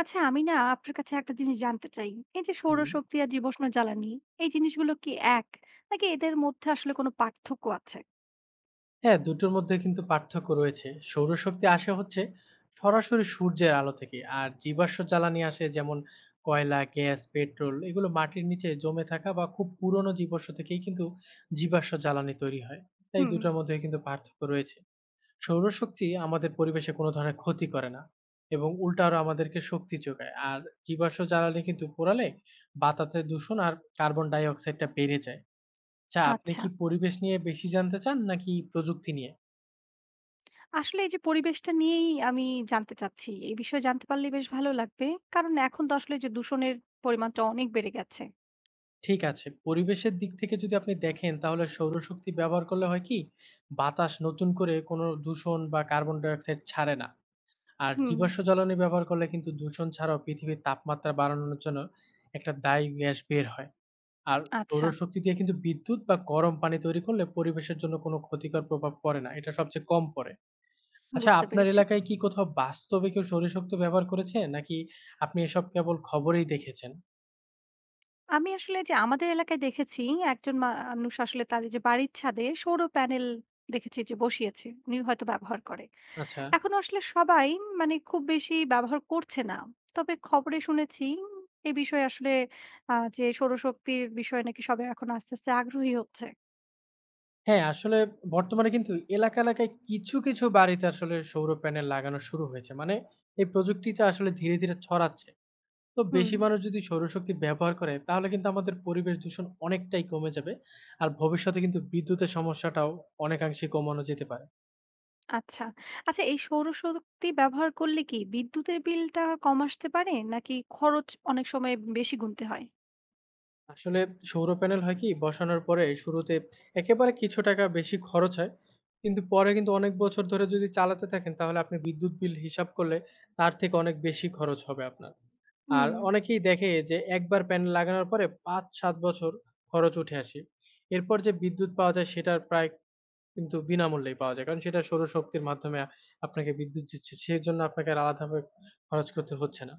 আচ্ছা আমি না আপনার কাছে একটা জিনিস জানতে চাই। এই যে হুম। সৌরশক্তি আর জীবাশ্ম জ্বালানি এই জিনিসগুলো কি এক? নাকি এদের মধ্যে আসলে কোনো পার্থক্য আছে? হ্যাঁ, দুটোর মধ্যে কিন্তু পার্থক্য রয়েছে। সৌরশক্তি আসে হচ্ছে সরাসরি সূর্যের আলো থেকে। আর জীবাশ্ম জ্বালানি আসে যেমন কয়লা, গ্যাস, পেট্রোল এগুলো মাটির নিচে জমে থাকা বা খুব পুরনো জীবাশ্ম থেকেই কিন্তু জীবাশ্ম জ্বালানি তৈরি হয়। তাই হুম দুটোর মধ্যে কিন্তু পার্থক্য রয়েছে। সৌরশক্তি আমাদের পরিবেশে কোনো ধরনের ক্ষতি করে না এবং উল্টা আরো আমাদেরকে শক্তি যোগায়। আর জীবাশ্ম জ্বালানি কিন্তু পোড়ালে বাতাসে দূষণ আর কার্বন ডাই অক্সাইডটা বেড়ে যায়। আচ্ছা, আপনি আচ্ছা। কি পরিবেশ নিয়ে বেশি জানতে চান নাকি প্রযুক্তি নিয়ে? আসলে এই যে পরিবেশটা নিয়েই আমি জানতে চাচ্ছি। এই বিষয়ে জানতে পারলে বেশ ভালো লাগবে। কারণ এখন তো আসলে যে দূষণের পরিমাণটা অনেক বেড়ে গেছে। ঠিক আছে। পরিবেশের দিক থেকে যদি আপনি দেখেন তাহলে সৌরশক্তি ব্যবহার করলে হয় কি, বাতাস নতুন করে কোনো দূষণ বা কার্বন ডাই অক্সাইড ছাড়ে না। আর হুম জীবাশ্ম জ্বালানি ব্যবহার করলে কিন্তু দূষণ ছাড়াও পৃথিবীর তাপমাত্রা বাড়ানোর জন্য একটা দায়ী গ্যাস বের হয়। আর আচ্ছা, সৌরশক্তি দিয়ে কিন্তু বিদ্যুৎ বা গরম পানি তৈরি করলে পরিবেশের জন্য কোনো ক্ষতিকর প্রভাব পড়ে না। এটা সবচেয়ে কম পড়ে। আচ্ছা বুঝতে আপনার পেরেছি। এলাকায় কি কোথাও বাস্তবে কেউ সৌরশক্তি ব্যবহার করেছে? নাকি আপনি এসব কেবল খবরেই দেখেছেন? আমি আসলে যে আমাদের এলাকায় দেখেছি একজন মানুষ আসলে তার এই যে বাড়ির ছাদে সৌর প্যানেল দেখেছি যে বসিয়েছে। উনি হয়তো ব্যবহার করে। আচ্ছা। এখনো আসলে সবাই মানে খুব বেশি ব্যবহার করছে না। তবে খবরে শুনেছি এ বিষয়ে আসলে যে সৌরশক্তির বিষয়ে নাকি সবাই এখন আস্তে, আস্তে আগ্রহী হচ্ছে। হ্যাঁ, আসলে বর্তমানে কিন্তু এলাকায় কিছু, কিছু বাড়িতে আসলে সৌর প্যানেল লাগানো শুরু হয়েছে। মানে এই প্রযুক্তিটা আসলে ধীরে, ধীরে ছড়াচ্ছে। তো হুম, বেশি মানুষ যদি সৌরশক্তি ব্যবহার করে তাহলে কিন্তু আমাদের পরিবেশ দূষণ অনেকটাই কমে যাবে। আর ভবিষ্যতে কিন্তু বিদ্যুতের সমস্যাটাও অনেকাংশে কমানো যেতে পারে। আচ্ছা। আচ্ছা এই সৌরশক্তি ব্যবহার করলে কি বিদ্যুতের বিলটা কম আসতে পারে? নাকি খরচ অনেক সময় বেশি গুনতে হয়? আসলে সৌর প্যানেল হয় কি বসানোর পরে শুরুতে একেবারে কিছু টাকা বেশি খরচ হয় কিন্তু পরে কিন্তু অনেক বছর ধরে যদি চালাতে থাকেন তাহলে আপনি বিদ্যুৎ বিল হিসাব করলে তার থেকে অনেক বেশি খরচ হবে আপনার। হুম। আর অনেকেই দেখে যে একবার প্যানেল লাগানোর পরে ৫-৭ বছর খরচ উঠে আসে, এরপর যে বিদ্যুৎ পাওয়া যায় সেটার প্রায় কিন্তু বিনামূল্যেই পাওয়া যায় কারণ সেটা সৌরশক্তির মাধ্যমে আপনাকে বিদ্যুৎ দিচ্ছে, সেই জন্য আপনাকে আর আলাদাভাবে খরচ করতে হচ্ছে না।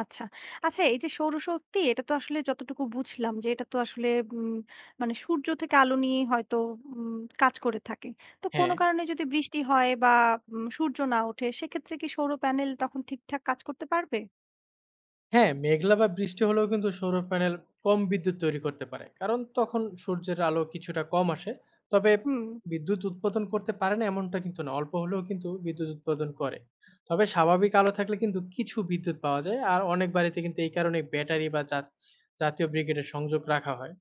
আচ্ছা। আচ্ছা এই যে সৌরশক্তি এটা তো আসলে যতটুকু বুঝলাম যে এটা তো আসলে উম মানে সূর্য থেকে আলো নিয়ে হয়তো কাজ করে থাকে। তো কোনো হ্যাঁ। কারণে যদি বৃষ্টি হয় বা সূর্য না ওঠে সেক্ষেত্রে কি সৌর প্যানেল তখন ঠিকঠাক কাজ করতে পারবে? হ্যাঁ, মেঘলা বা বৃষ্টি হলেও কিন্তু সৌর প্যানেল কম বিদ্যুৎ তৈরি করতে পারে। কারণ তখন সূর্যের আলো কিছুটা কম আসে। তবে হুম, বিদ্যুৎ উৎপাদন করতে পারে না এমনটা কিন্তু না। অল্প হলেও কিন্তু বিদ্যুৎ উৎপাদন করে। তবে স্বাভাবিক আলো থাকলে কিন্তু কিছু বিদ্যুৎ পাওয়া যায়। আর অনেক বাড়িতে কিন্তু এই কারণে ব্যাটারি বা জাতীয় ব্রিগেডের সংযোগ রাখা হয়।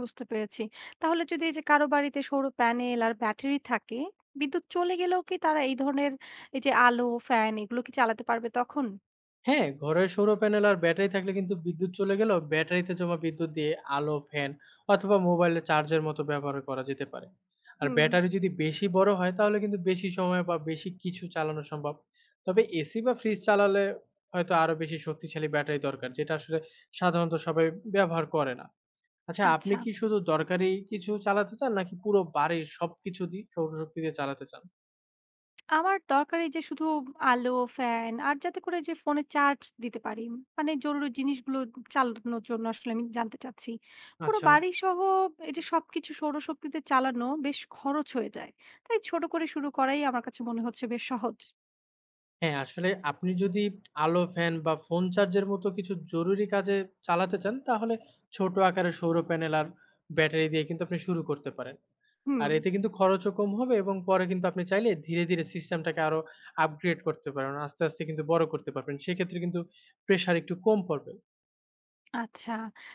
বুঝতে পেরেছি। তাহলে যদি এই যে কারো বাড়িতে সৌর প্যানেল আর ব্যাটারি থাকে, বিদ্যুৎ চলে গেলেও কি তারা এই ধরনের এই যে আলো, ফ্যান এগুলো কি চালাতে পারবে তখন? হ্যাঁ, ঘরে সৌর প্যানেল আর ব্যাটারি থাকলে কিন্তু বিদ্যুৎ চলে গেলেও ব্যাটারিতে জমা বিদ্যুৎ দিয়ে আলো, ফ্যান অথবা মোবাইলের চার্জের মতো ব্যবহার করা যেতে পারে। আর হুম, ব্যাটারি যদি বেশি বড় হয় তাহলে কিন্তু বেশি সময় বা বেশি কিছু চালানো সম্ভব। তবে এসি বা ফ্রিজ চালালে হয়তো আরো বেশি শক্তিশালী ব্যাটারি দরকার, যেটা আসলে সাধারণত সবাই ব্যবহার করে না। আচ্ছা আপনি আচ্ছা। কি শুধু দরকারি কিছু চালাতে চান নাকি পুরো বাড়ির সবকিছু দিয়ে সৌরশক্তি দিয়ে চালাতে চান? আমার দরকার এই যে শুধু আলো, ফ্যান আর যাতে করে যে ফোনে চার্জ দিতে পারি। মানে জরুরি জিনিসগুলো চালানোর জন্য আসলে আমি জানতে চাচ্ছি। পুরো আচ্ছা। বাড়িসহ এই যে সবকিছু সৌরশক্তিতে চালানো বেশ খরচ হয়ে যায়। তাই ছোট করে শুরু করাই আমার কাছে মনে হচ্ছে বেশ সহজ। হ্যাঁ, আসলে আপনি যদি আলো, ফ্যান বা ফোন চার্জের মতো কিছু জরুরি কাজে চালাতে চান, তাহলে ছোট আকারে সৌর প্যানেল আর ব্যাটারি দিয়ে কিন্তু আপনি শুরু করতে পারেন। হুম, আর এতে কিন্তু খরচও কম হবে এবং পরে কিন্তু আপনি চাইলে ধীরে, ধীরে সিস্টেমটাকে আরো আপগ্রেড করতে পারেন। আস্তে, আস্তে কিন্তু বড় করতে পারবেন। সেক্ষেত্রে কিন্তু প্রেশার একটু কম পড়বে। আচ্ছা।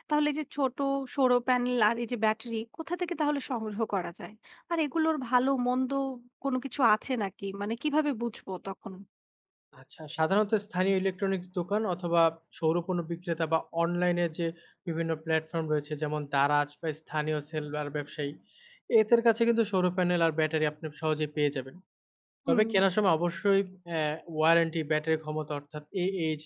তাহলে এই যে ছোট সৌর প্যানেল আর এই যে ব্যাটারি কোথা থেকে তাহলে সংগ্রহ করা যায়? আর এগুলোর ভালো মন্দ কোনো কিছু আছে নাকি? মানে কিভাবে বুঝবো তখন? আচ্ছা, সাধারণত স্থানীয় ইলেকট্রনিক্স দোকান অথবা সৌর পণ্য বিক্রেতা বা অনলাইনে যে বিভিন্ন প্ল্যাটফর্ম রয়েছে যেমন দারাজ বা স্থানীয় সেলুলার ব্যবসায়ী, এদের কাছে কিন্তু সৌর প্যানেল আর ব্যাটারি আপনি সহজেই পেয়ে যাবেন। তবে হুম, কেনার সময় অবশ্যই অ্যা ওয়ারেন্টি, ব্যাটারি ক্ষমতা অর্থাৎ AH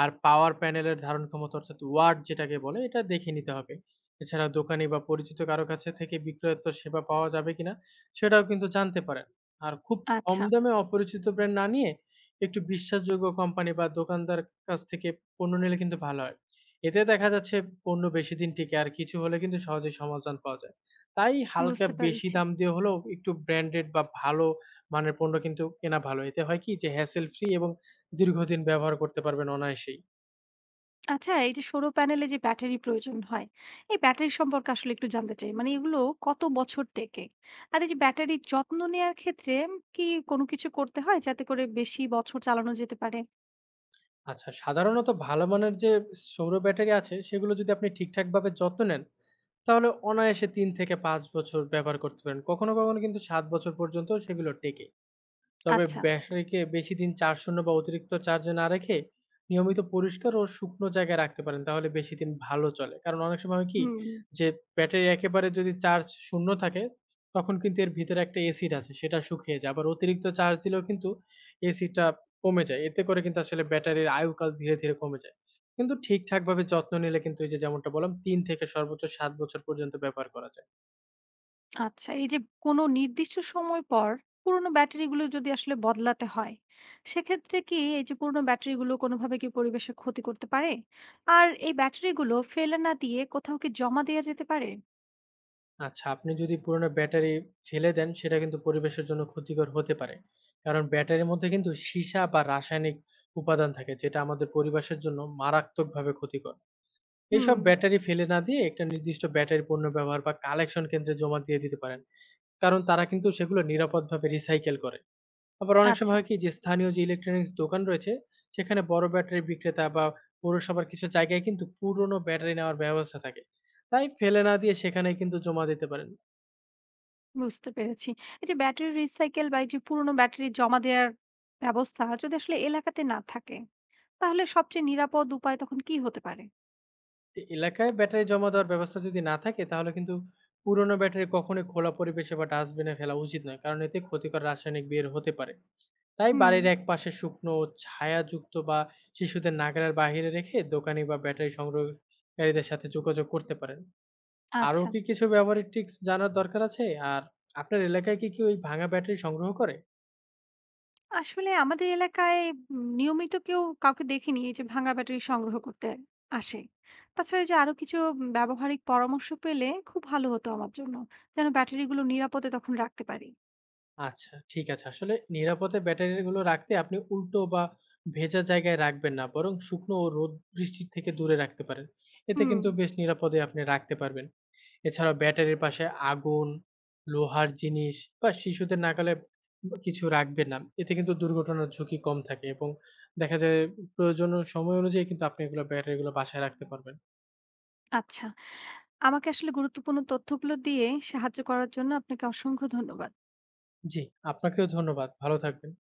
আর পাওয়ার প্যানেলের ধারণ ক্ষমতা অর্থাৎ ওয়াট যেটাকে বলে এটা দেখে নিতে হবে। এছাড়া দোকানি বা পরিচিত কারো কাছে থেকে বিক্রয়োত্তর সেবা পাওয়া যাবে কিনা সেটাও কিন্তু জানতে পারেন। আর খুব কম আচ্ছা দামে অপরিচিত ব্র্যান্ড না নিয়ে একটু বিশ্বাসযোগ্য কোম্পানি বা দোকানদার কাছ থেকে পণ্য নিলে কিন্তু ভালো হয়। এতে দেখা যাচ্ছে পণ্য বেশিদিন টিকে আর কিছু হলে কিন্তু সহজেই সমাধান পাওয়া যায়। তাই হালকা বুঝতে বেশি পেরেছি। দাম দিয়ে হলেও একটু ব্র্যান্ডেড বা ভালো মানের পণ্য কিন্তু কেনা ভালো। এতে হয় কি যে hassle free এবং দীর্ঘদিন ব্যবহার করতে পারবেন অনায়াসেই। আচ্ছা, এই যে সৌর প্যানেলে যে ব্যাটারি প্রয়োজন হয়, এই ব্যাটারি সম্পর্কে আসলে একটু জানতে চাই। মানে এগুলো কত বছর টেকে? আর এই যে ব্যাটারির যত্ন নেয়ার ক্ষেত্রে কি কোনো কিছু করতে হয় যাতে করে বেশি বছর চালানো যেতে পারে? আচ্ছা সাধারণত ভালো মানের যে সৌর ব্যাটারি আছে সেগুলো যদি আপনি ঠিকঠাকভাবে যত্ন নেন, তাহলে অনায়াসে ৩ থেকে ৫ বছর ব্যবহার করতে পারেন। কখনো, কখনো কিন্তু ৭ বছর পর্যন্ত সেগুলো টেকে। তবে আচ্ছা। ব্যাটারিকে বেশি দিন চার্জ শূন্য বা অতিরিক্ত চার্জে না রেখে নিয়মিত পরিষ্কার ও শুকনো জায়গায় রাখতে পারেন তাহলে বেশি দিন ভালো চলে। কারণ অনেক সময় হয় কি হুম, যে ব্যাটারি একেবারে যদি চার্জ শূন্য থাকে তখন কিন্তু এর ভিতরে একটা অ্যাসিড আছে সেটা শুকিয়ে যায়। আবার অতিরিক্ত চার্জ দিলেও কিন্তু অ্যাসিডটা কমে যায়। এতে করে কিন্তু আসলে ব্যাটারির আয়ুকাল ধীরে, ধীরে কমে যায়। কিন্তু ঠিকঠাকভাবে যত্ন নিলে কিন্তু এই যে যেমনটা বললাম ৩ থেকে সর্বোচ্চ ৭ বছর পর্যন্ত ব্যবহার করা যায়। আচ্ছা। এই যে কোনো নির্দিষ্ট সময় পর পুরোনো ব্যাটারিগুলো যদি আসলে বদলাতে হয়, সেক্ষেত্রে কি এই যে পুরোনো ব্যাটারিগুলো কোনোভাবে কি পরিবেশের ক্ষতি করতে পারে? আর এই ব্যাটারিগুলো ফেলে না দিয়ে কোথাও কি জমা দেয়া যেতে পারে? আচ্ছা, আপনি যদি পুরোনো ব্যাটারি ফেলে দেন, সেটা কিন্তু পরিবেশের জন্য ক্ষতিকর হতে পারে। কারণ ব্যাটারির মধ্যে কিন্তু সীসা বা রাসায়নিক উপাদান থাকে, যেটা আমাদের পরিবেশের জন্য মারাত্মকভাবে ক্ষতিকর। হুম, এইসব ব্যাটারি ফেলে না দিয়ে একটা নির্দিষ্ট ব্যাটারি পণ্য ব্যবহার বা কালেকশন কেন্দ্রে জমা দিয়ে দিতে পারেন। কারণ তারা কিন্তু সেগুলো নিরাপদভাবে রিসাইকেল করে। আবার অনেক সময় আচ্ছা। হয় কি যে স্থানীয় যে ইলেকট্রনিক্স দোকান রয়েছে, সেখানে বড় ব্যাটারি বিক্রেতা বা পৌরসভার কিছু জায়গায় কিন্তু পুরোনো ব্যাটারি নেওয়ার ব্যবস্থা থাকে। তাই ফেলে না দিয়ে সেখানেই কিন্তু জমা দিতে পারেন। বুঝতে পেরেছি। এই যে ব্যাটারি রিসাইকেল বা এই যে পুরোনো ব্যাটারি জমা দেওয়ার ব্যবস্থা যদি আসলে এলাকাতে না থাকে, তাহলে সবচেয়ে নিরাপদ উপায় তখন কি হতে পারে? এ এলাকায় ব্যাটারি জমা দেওয়ার ব্যবস্থা যদি না থাকে তাহলে কিন্তু পুরোনো ব্যাটারি কখনোই খোলা পরিবেশে বা ডাস্টবিনে ফেলা উচিত নয়, কারণ এতে ক্ষতিকর রাসায়নিক বের হতে পারে। তাই হুম বাড়ির এক পাশে শুকনো, ছায়াযুক্ত বা শিশুদের নাগালের বাইরে রেখে দোকানি বা ব্যাটারি সংগ্রহকারীদের সাথে যোগাযোগ করতে পারেন। আরও আচ্ছা। কি কিছু ব্যবহারিক টিপস জানার দরকার আছে? আর আপনার এলাকায় কি কেউ ওই ভাঙা ব্যাটারি সংগ্রহ করে? আসলে আমাদের এলাকায় নিয়মিত কেউ কাউকে দেখিনি এই যে ভাঙা ব্যাটারি সংগ্রহ করতে আসে। তাছাড়া এই যে আরো কিছু ব্যবহারিক পরামর্শ পেলে খুব ভালো হতো আমার জন্য। যেন ব্যাটারিগুলো নিরাপদে তখন রাখতে পারি। আচ্ছা, ঠিক আছে। আসলে নিরাপদে ব্যাটারিগুলো রাখতে আপনি উল্টো বা ভেজা জায়গায় রাখবেন না। বরং শুকনো ও রোদ বৃষ্টির থেকে দূরে রাখতে পারেন। এতে হুম কিন্তু বেশ নিরাপদে আপনি রাখতে পারবেন। এছাড়াও ব্যাটারির পাশে আগুন, লোহার জিনিস বা শিশুদের নাগালে বা কিছু রাখবেন না। এতে কিন্তু দুর্ঘটনার ঝুঁকি কম থাকে এবং দেখা যায় প্রয়োজন ও সময় অনুযায়ী কিন্তু আপনি এগুলো ব্যাটারিগুলো বাসায় রাখতে পারবেন। আচ্ছা। আমাকে আসলে গুরুত্বপূর্ণ তথ্যগুলো দিয়ে সাহায্য করার জন্য আপনাকে অসংখ্য ধন্যবাদ। জি, আপনাকেও ধন্যবাদ। ভালো থাকবেন।